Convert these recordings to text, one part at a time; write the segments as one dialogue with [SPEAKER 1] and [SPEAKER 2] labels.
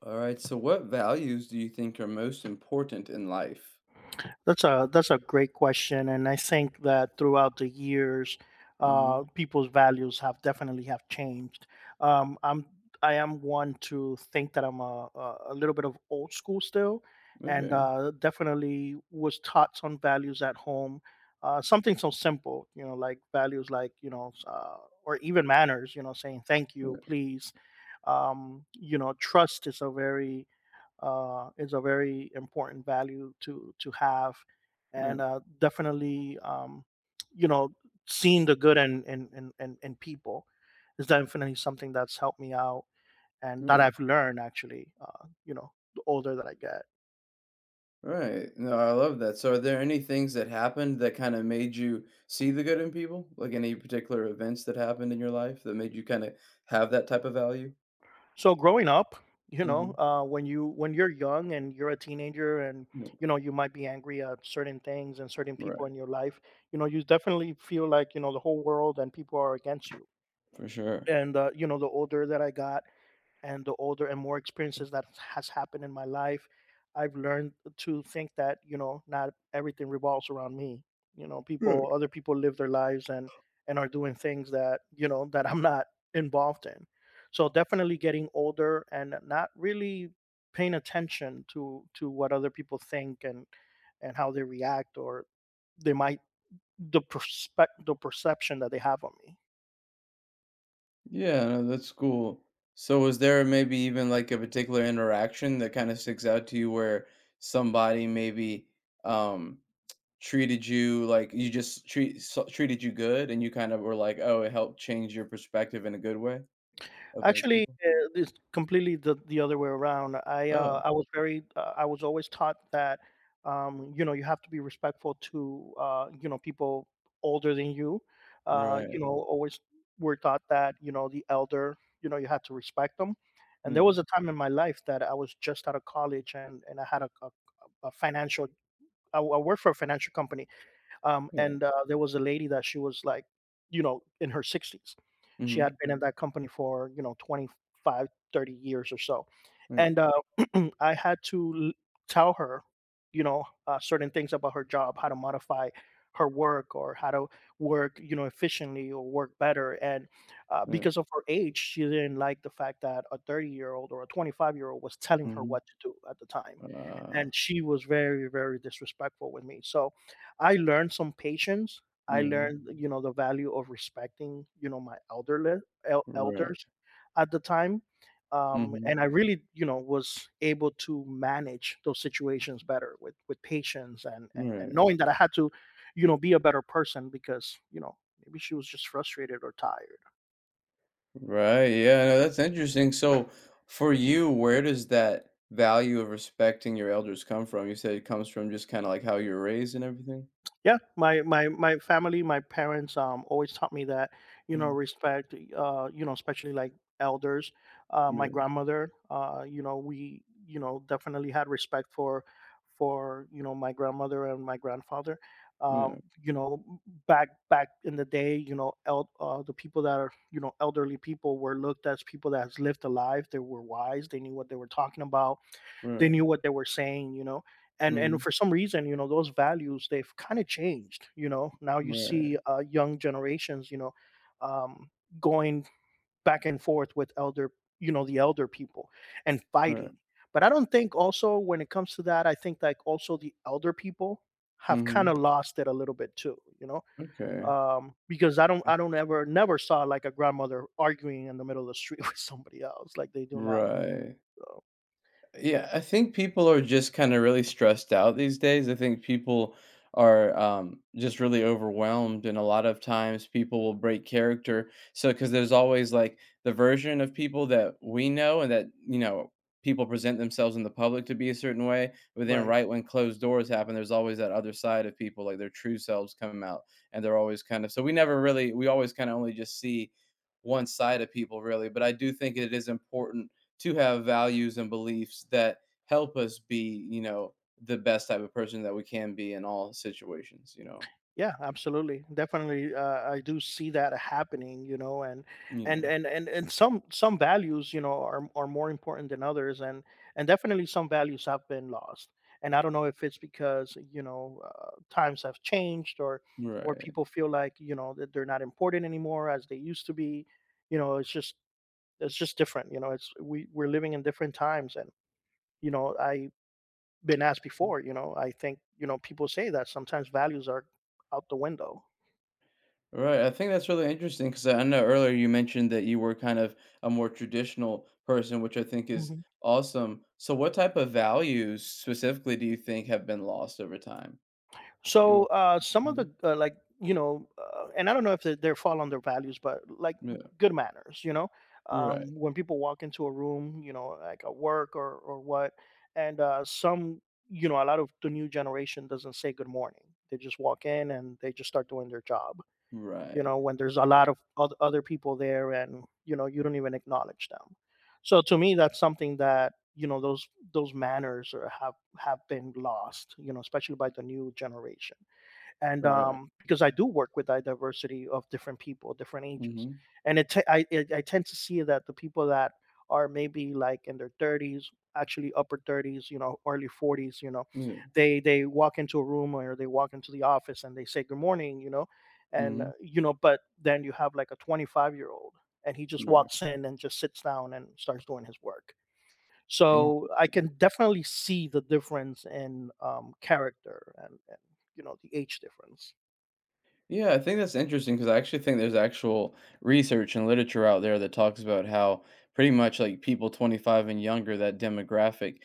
[SPEAKER 1] All right. So, what values do you think are most important in life?
[SPEAKER 2] That's a great question, and I think that throughout the years,
[SPEAKER 1] hmm
[SPEAKER 2] people's values have definitely have changed. Um, I'm I am one to think that I'm a little bit of old school still, and
[SPEAKER 1] Okay.
[SPEAKER 2] definitely was taught some values at home. Something so simple, you know, like values or even manners, you know, saying thank you,
[SPEAKER 1] Yeah.
[SPEAKER 2] please. Trust is a very important value to have, and
[SPEAKER 1] Yeah.
[SPEAKER 2] definitely, you know, seeing the good in people is definitely something that's helped me out and that
[SPEAKER 1] Right.
[SPEAKER 2] I've learned actually. The older that I get.
[SPEAKER 1] Right. No, I love that. So, are there any things that happened that kind of made you see the good in people? Like any particular events that happened in your life that made you kind of have that type of value?
[SPEAKER 2] So growing up,
[SPEAKER 1] hmm
[SPEAKER 2] when you're young and you're a teenager, and
[SPEAKER 1] Yeah.
[SPEAKER 2] you know you might be angry at certain things and certain people
[SPEAKER 1] Right.
[SPEAKER 2] in your life. You know you definitely feel like you know the whole world and people are against you.
[SPEAKER 1] For sure.
[SPEAKER 2] And you know the older that I got and the older and more experiences that has happened in my life, I've learned to think that, you know, not everything revolves around me. You know, people
[SPEAKER 1] Right.
[SPEAKER 2] other people live their lives and are doing things that I'm not involved in. So definitely getting older and not really paying attention to what other people think, and how they react, or they might the perception that they have on me.
[SPEAKER 1] Yeah. No, that's cool. So, was there maybe even like a particular interaction that kind of sticks out to you where somebody maybe um Treated you like you just treat so treated you good, and you kind of were like, "Oh, it helped change your perspective in a good way?" Of, like,
[SPEAKER 2] Actually,
[SPEAKER 1] people?
[SPEAKER 2] it's completely the other way around. I uh,
[SPEAKER 1] Oh,
[SPEAKER 2] I was very uh, I was always taught that, you know, you have to be respectful to, uh, people older than you. Uh, you
[SPEAKER 1] right.
[SPEAKER 2] know, always were taught that, you know, the elder, you know, you had to respect them. And there
[SPEAKER 1] Yeah,
[SPEAKER 2] was a time in my life that I was just out of college, and I had a financial I worked for a financial company,
[SPEAKER 1] yeah.
[SPEAKER 2] and there was a lady that she was like, you know, in her 60s. She
[SPEAKER 1] Mhm.
[SPEAKER 2] had been in that company for, you know, 25, 30 years or so.
[SPEAKER 1] Yeah,
[SPEAKER 2] And I had to tell her, certain things about her job, how to modify her work, or how to work, you know, efficiently or work better. And
[SPEAKER 1] yeah.
[SPEAKER 2] because of her age, she didn't like the fact that a 30-year-old or a 25-year-old was telling her
[SPEAKER 1] Mhm.
[SPEAKER 2] what to do at the time.
[SPEAKER 1] Ah.
[SPEAKER 2] And she was very, very disrespectful with me. So I learned some patience. I
[SPEAKER 1] Mhm.
[SPEAKER 2] learned, you know, the value of respecting, you know, my elderly,
[SPEAKER 1] Right.
[SPEAKER 2] elders at the time. Um,
[SPEAKER 1] Mhm.
[SPEAKER 2] and I really, you know, was able to manage those situations better with patience, and
[SPEAKER 1] Right.
[SPEAKER 2] knowing that I had to, you know, be a better person, because, you know, maybe she was just frustrated or tired.
[SPEAKER 1] Right, yeah, no, that's interesting. So, for you, where does that value of respecting your elders come from? You said it comes from just kinda like how you are raised and everything?
[SPEAKER 2] Yeah, my family, my parents, always taught me that, you know,
[SPEAKER 1] Mm.
[SPEAKER 2] respect, especially like elders. My
[SPEAKER 1] Yeah,
[SPEAKER 2] grandmother, we, you know, definitely had respect for, my grandmother and my grandfather. Um,
[SPEAKER 1] yeah,
[SPEAKER 2] you know, back in the day, you know, the people that are, you know, elderly people were looked as people that has lived a life. They were wise. They knew what they were talking about.
[SPEAKER 1] right.
[SPEAKER 2] They knew what they were saying. You know, and
[SPEAKER 1] Mhm.
[SPEAKER 2] for some reason, you know, those values they've kind of changed. You know, now you
[SPEAKER 1] Right,
[SPEAKER 2] see young generations, you know, um, going back and forth with elder you know the elder people and fighting.
[SPEAKER 1] right.
[SPEAKER 2] But I don't think also, when it comes to that, I think like also the elder people have kind
[SPEAKER 1] Mhm.
[SPEAKER 2] of lost it a little bit too, you know.
[SPEAKER 1] Okay.
[SPEAKER 2] Because I don't ever never saw like a grandmother arguing in the middle of the street with somebody else like they do now.
[SPEAKER 1] Right.
[SPEAKER 2] So.
[SPEAKER 1] Yeah, I think people are just kind of really stressed out these days. I think people are just really overwhelmed, and a lot of times people will break character. So, because there's always like the version of people that we know and that, you know, people present themselves in the public to be a certain way. But then,
[SPEAKER 2] Right.
[SPEAKER 1] right when closed doors happen, there's always that other side of people, like their true selves come out, and they're always kind of so we never really, we always kind of only just see one side of people, really. But I do think it is important to have values and beliefs that help us be, you know, the best type of person that we can be in all situations, you know.
[SPEAKER 2] Yeah, absolutely. Definitely, I do see that happening, you know, and
[SPEAKER 1] Yeah.
[SPEAKER 2] some values, you know, are more important than others, and definitely some values have been lost. And I don't know if it's because, you know, times have changed, or
[SPEAKER 1] Right.
[SPEAKER 2] people feel like, you know, that they're not important anymore as they used to be. You know, it's just different. You know, it's we we're living in different times, and you know, I've been asked before. You know, I think, you know, people say that sometimes values are out the window.
[SPEAKER 1] Right. I think that's really interesting because I know earlier you mentioned that you were kind of a more traditional person, which I think is
[SPEAKER 2] Mhm.
[SPEAKER 1] awesome. So what type of values specifically do you think have been lost over time? You
[SPEAKER 2] So
[SPEAKER 1] want-
[SPEAKER 2] some of the,
[SPEAKER 1] Mhm.
[SPEAKER 2] like, you know, and I don't know if they, they fall on their values, but like
[SPEAKER 1] Yeah.
[SPEAKER 2] good manners, you know,
[SPEAKER 1] Right.
[SPEAKER 2] when people walk into a room, you know, like at work or what, and some, you know, a lot of the new generation doesn't say good morning. They just walk in and they just start doing their job. You
[SPEAKER 1] Right.
[SPEAKER 2] know, when there's a lot of other people there, and, you know, you don't even acknowledge them. So to me, that's something that, you know, those manners are, have been lost, you know, especially by the new generation. And
[SPEAKER 1] Right.
[SPEAKER 2] because I do work with a diversity of different people, different ages,
[SPEAKER 1] hmm
[SPEAKER 2] and it, t- I, it I tend to see that the people that are maybe like in their 30s, actually upper 30s, you know, early 40s, you know,
[SPEAKER 1] Yeah.
[SPEAKER 2] they walk into a room or they walk into the office and they say good morning, you know. And
[SPEAKER 1] hmm
[SPEAKER 2] you know, but then you have like a 25-year old, and he just
[SPEAKER 1] Right.
[SPEAKER 2] walks in and just sits down and starts doing his work. So I
[SPEAKER 1] Interesting.
[SPEAKER 2] can definitely see the difference in character, and you know, the age difference.
[SPEAKER 1] Yeah, I think that's interesting because I actually think there's actual research and literature out there that talks about how pretty much like people 25 and younger, that demographic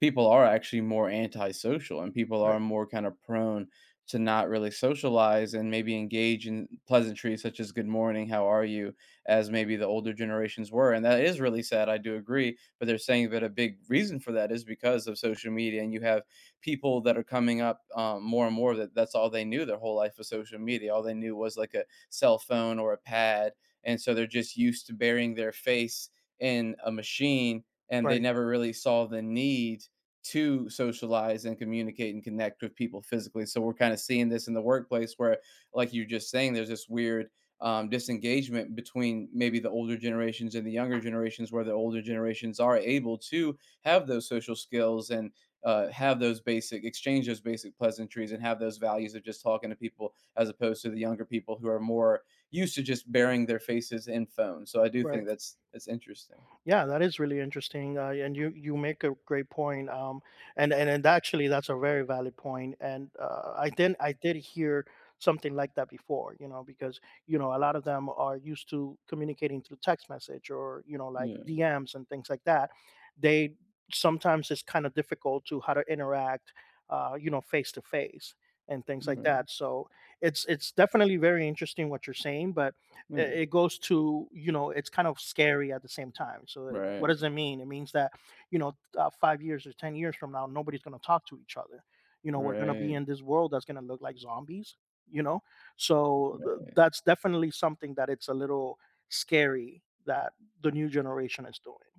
[SPEAKER 1] people are actually more antisocial and people are
[SPEAKER 2] Right.
[SPEAKER 1] more kind of prone to not really socialize and maybe engage in pleasantries such as good morning, how are you, as maybe the older generations were. And that is really sad. I do agree. But they're saying that a big reason for that is because of social media. And you have people that are coming up more and more that that's all they knew their whole life was social media. All they knew was like a cell phone or a pad. And so they're just used to burying their face in a machine and they
[SPEAKER 2] Right,
[SPEAKER 1] never really saw the need to socialize and communicate and connect with people physically. So we're kind of seeing this in the workplace where, like you're just saying, there's this weird disengagement between maybe the older generations and the younger generations, where the older generations are able to have those social skills and have those basic exchange those basic pleasantries and have those values of just talking to people as opposed to the younger people who are more used to just burying their faces in phones. So I do
[SPEAKER 2] right.
[SPEAKER 1] think that's interesting.
[SPEAKER 2] Yeah, that is really interesting, and you make a great point. And actually, that's a very valid point. And I did hear something like that before, you know, because you know a lot of them are used to communicating through text message or, you know, like
[SPEAKER 1] Yeah.
[SPEAKER 2] DMs and things like that. They, sometimes it's kind of difficult to how to interact, you know, face to face and things like
[SPEAKER 1] Right.
[SPEAKER 2] that. So it's definitely very interesting what you're saying, but
[SPEAKER 1] Yeah.
[SPEAKER 2] it goes to, you know, it's kind of scary at the same time. So what
[SPEAKER 1] Right.
[SPEAKER 2] does it mean? It means that, you know, 5 years or 10 years from now, nobody's going to talk to each other. You know, we're going to be
[SPEAKER 1] Right.
[SPEAKER 2] in this world that's going to look like zombies, you know. So
[SPEAKER 1] Right.
[SPEAKER 2] that's definitely something that, it's a little scary, that the new generation is doing.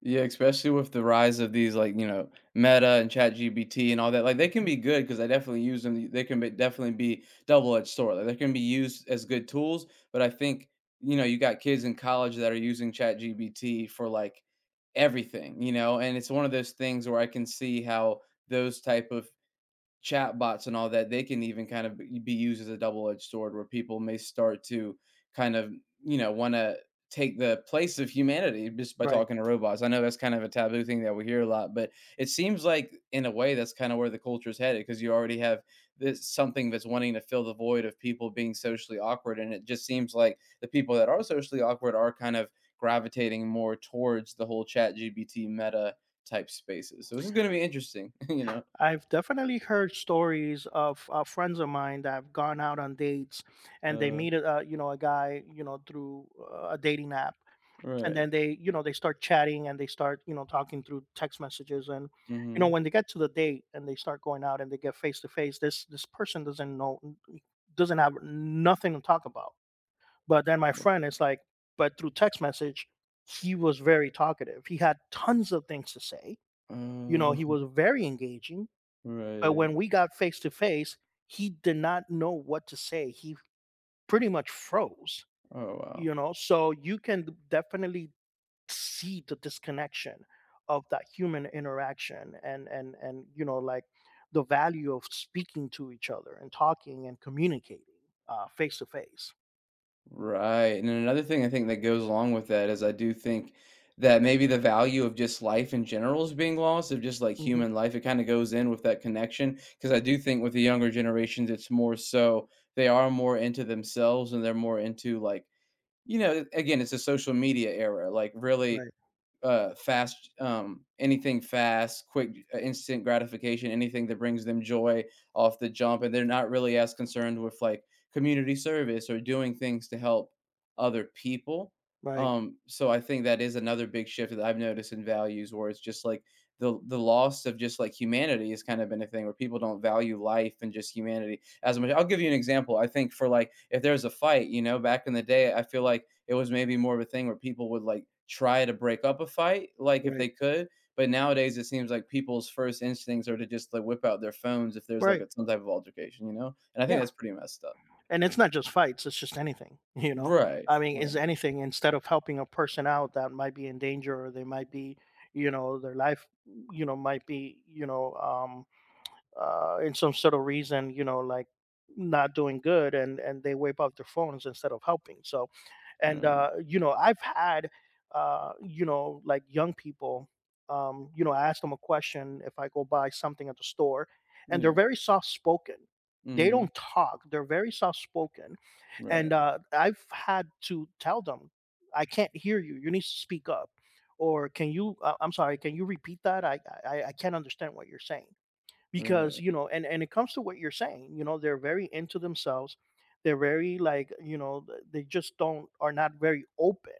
[SPEAKER 1] Yeah, especially with the rise of these like, you know, Meta and ChatGPT and all that. Like they can be good because I definitely use them. They can be, definitely be double-edged sword. Like they can be used as good tools, but I think, you know, you got kids in college that are using ChatGPT for like everything, you know, and it's one of those things where I can see how those type of chat bots and all that, they can even kind of be used as a double-edged sword where people may start to kind of, you know, wanna take the place of humanity just by
[SPEAKER 2] Right.
[SPEAKER 1] talking to robots. I know that's kind of a taboo thing that we hear a lot, but it seems like in a way that's kind of where the culture is headed, because you already have this something that's wanting to fill the void of people being socially awkward, and it just seems like the people that are socially awkward are kind of gravitating more towards the whole ChatGPT meta type spaces. So this is gonna be interesting, you know?
[SPEAKER 2] I've definitely heard stories of, friends of mine that have gone out on dates, and they
[SPEAKER 1] Uh
[SPEAKER 2] meet a, you know, a guy, you know, through a dating app. And then
[SPEAKER 1] Right.
[SPEAKER 2] they, you know, they start chatting and they start, you know, talking through text messages. And you know,
[SPEAKER 1] Mhm.
[SPEAKER 2] when they get to the date and they start going out and they get face to face, this person doesn't know, doesn't have nothing to talk about. But then my friend is like, but through text message, he was very talkative, he had tons of things to say, you know.
[SPEAKER 1] Oh,
[SPEAKER 2] He was very engaging, but
[SPEAKER 1] right.
[SPEAKER 2] when we got face to face, he did not know what to say. He pretty much froze.
[SPEAKER 1] Oh,
[SPEAKER 2] You
[SPEAKER 1] wow.
[SPEAKER 2] know, so you can definitely see the disconnection of that human interaction, and you know, like the value of speaking to each other and talking and communicating, face to face.
[SPEAKER 1] Right, and then another thing I think that goes along with that is I do think that maybe the value of just life in general is being lost, of just, like,
[SPEAKER 2] Mhm.
[SPEAKER 1] human life, it kinda goes in with that connection because I do think with the younger generations, it's more so they are more into themselves and they're more into, like you know, again, it's a social media era, like, really
[SPEAKER 2] Right.
[SPEAKER 1] fast anything fast quick instant gratification anything that brings them joy off the jump and they're not really as concerned with like community service or doing things to help other people
[SPEAKER 2] Right,
[SPEAKER 1] so I think that is another big shift that I've noticed in values where it's just like the loss of just like humanity has kind of been a thing where people don't value life and just humanity as much. I'll give you an example. I think for like if there's a fight, you know, back in the day, I feel like it was maybe more of a thing where people would like try to break up a fight, like if
[SPEAKER 2] right.
[SPEAKER 1] they could. But nowadays, it seems like people's first instincts are to just like whip out their phones if there's like
[SPEAKER 2] Right.
[SPEAKER 1] a, some type of altercation, you know. And I think
[SPEAKER 2] Yeah,
[SPEAKER 1] that's pretty messed up.
[SPEAKER 2] and it's not just fights, it's just anything, you know.
[SPEAKER 1] Right.
[SPEAKER 2] I mean,
[SPEAKER 1] Right.
[SPEAKER 2] is anything. Instead of helping a person out that might be in danger, or they might be, you know, their life, you know, might be, you know, in some sort of reason, you know, like not doing good, and they wipe out their phones instead of helping. So, and
[SPEAKER 1] Right.
[SPEAKER 2] you know, I've had, you know, like young people, you know, I ask them a question if I go buy something at the store, and they're
[SPEAKER 1] Yeah.
[SPEAKER 2] very soft spoken. They
[SPEAKER 1] Mm-hmm.
[SPEAKER 2] don't talk. They're very soft spoken. And
[SPEAKER 1] Right.
[SPEAKER 2] I've had to tell them, I can't hear you. You need to speak up. Or can you? I'm sorry. Can you repeat that? I, I can't understand what you're saying. Because,
[SPEAKER 1] Right.
[SPEAKER 2] you know, and it comes to what you're saying, you know, they're very into themselves. They're very like, you know, they just don't, are not very open,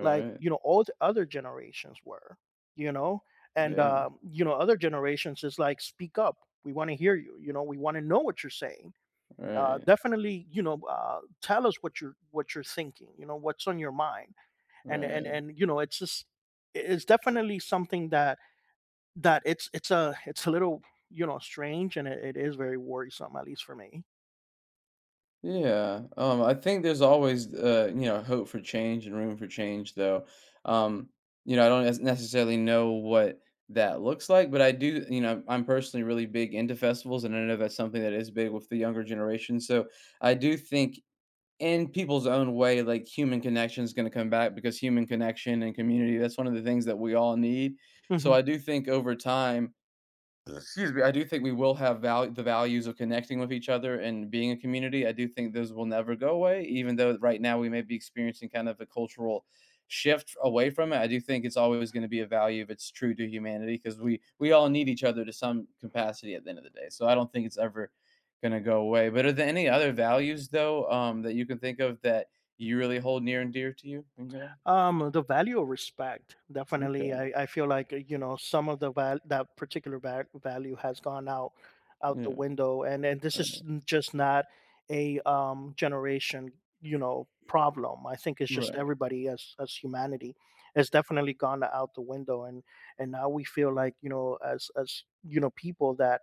[SPEAKER 2] like, you know, all the other generations were, you know. And
[SPEAKER 1] Yeah.
[SPEAKER 2] you know, other generations is like, speak up, we want to hear you, you know, we want to know what you're saying,
[SPEAKER 1] Right.
[SPEAKER 2] definitely, you know, tell us what you're, what you're thinking, you know, what's on your mind. And
[SPEAKER 1] Right.
[SPEAKER 2] you know, it's just, it's definitely something that, it's it's a little, you know, strange, and it is very worrisome, at least for me.
[SPEAKER 1] Yeah, I think there's always, you know, hope for change and room for change, though. Um, you know, I don't necessarily know what that looks like, but I do, you know, I'm personally really big into festivals, and I know that's something that is big with the younger generation. So I do think, in people's own way, like human connection is going to come back because human connection and community, that's one of the things that we all need. So
[SPEAKER 2] Mhm.
[SPEAKER 1] I do think over time, Excuse me, I do think we will have value the values of connecting with each other and being a community. I do think those will never go away, even though right now we may be experiencing kind of a cultural shift away from it. I do think it's always gonna be a value if it's true to humanity, because we all need each other to some capacity at the end of the day. So I don't think it's ever gonna go away. But are there any other values though, that you can think of that you really hold near and dear to you in your life?
[SPEAKER 2] The value of respect, definitely.
[SPEAKER 1] Okay.
[SPEAKER 2] I, feel like, you know, some of the, that particular value has gone out, out the
[SPEAKER 1] Yeah.
[SPEAKER 2] window. And this
[SPEAKER 1] Right.
[SPEAKER 2] is just not a, generation, you know, problem. I think it's just
[SPEAKER 1] Right.
[SPEAKER 2] everybody, as humanity, has definitely gone out the window. And now we feel like, you know, as, you know, people that,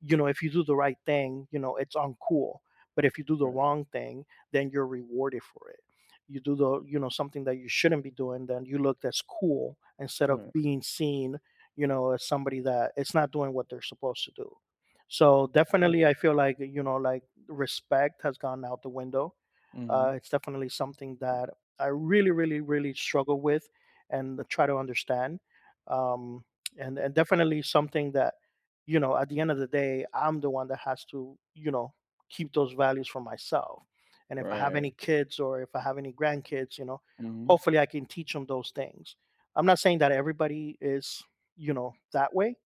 [SPEAKER 2] you know, if you do the right thing, you know, it's uncool, but if you do the
[SPEAKER 1] Right. Right.
[SPEAKER 2] wrong thing, then you're rewarded for it. You do the, you know, something that you shouldn't be doing, then you look, that's cool, instead of
[SPEAKER 1] Right.
[SPEAKER 2] being seen, you know, as somebody that it's not doing what they're supposed to do. So definitely I feel like, you know, like respect has gone out the window.
[SPEAKER 1] Mhm.
[SPEAKER 2] It's definitely something that I really, really, really struggle with and try to understand. Um, and definitely something that, you know, at the end of the day, I'm the one that has to, you know, keep those values for myself. And if I have any
[SPEAKER 1] Right.
[SPEAKER 2] kids or if I have any grandkids, you know,
[SPEAKER 1] Mhm.
[SPEAKER 2] hopefully I can teach them those things. I'm not saying that everybody is, you know, that way,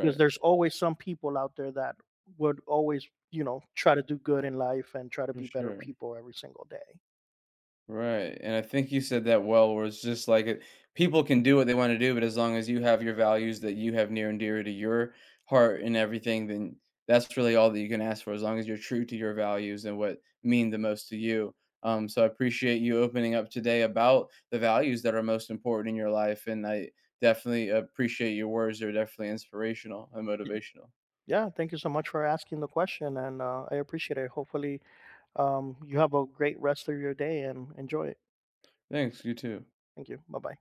[SPEAKER 2] because there's always some people out there that would always, you know, try to do good in life and try to
[SPEAKER 1] for
[SPEAKER 2] be better
[SPEAKER 1] sure.
[SPEAKER 2] people every single day.
[SPEAKER 1] Right, and I think you said that well, where it's just like it people can do what they wanna do, but as long as you have your values that you have near and dear to your heart and everything, then that's really all that you can ask for, as long as you're true to your values and what mean the most to you. So I appreciate you opening up today about the values that are most important in your life, and I definitely appreciate your words. They're definitely inspirational and
[SPEAKER 2] Yeah.
[SPEAKER 1] motivational.
[SPEAKER 2] Yeah, thank you so much for asking the question, and I appreciate it. Hopefully, you have a great rest of your day and enjoy it.
[SPEAKER 1] Thanks, you too.
[SPEAKER 2] Thank you. Bye bye.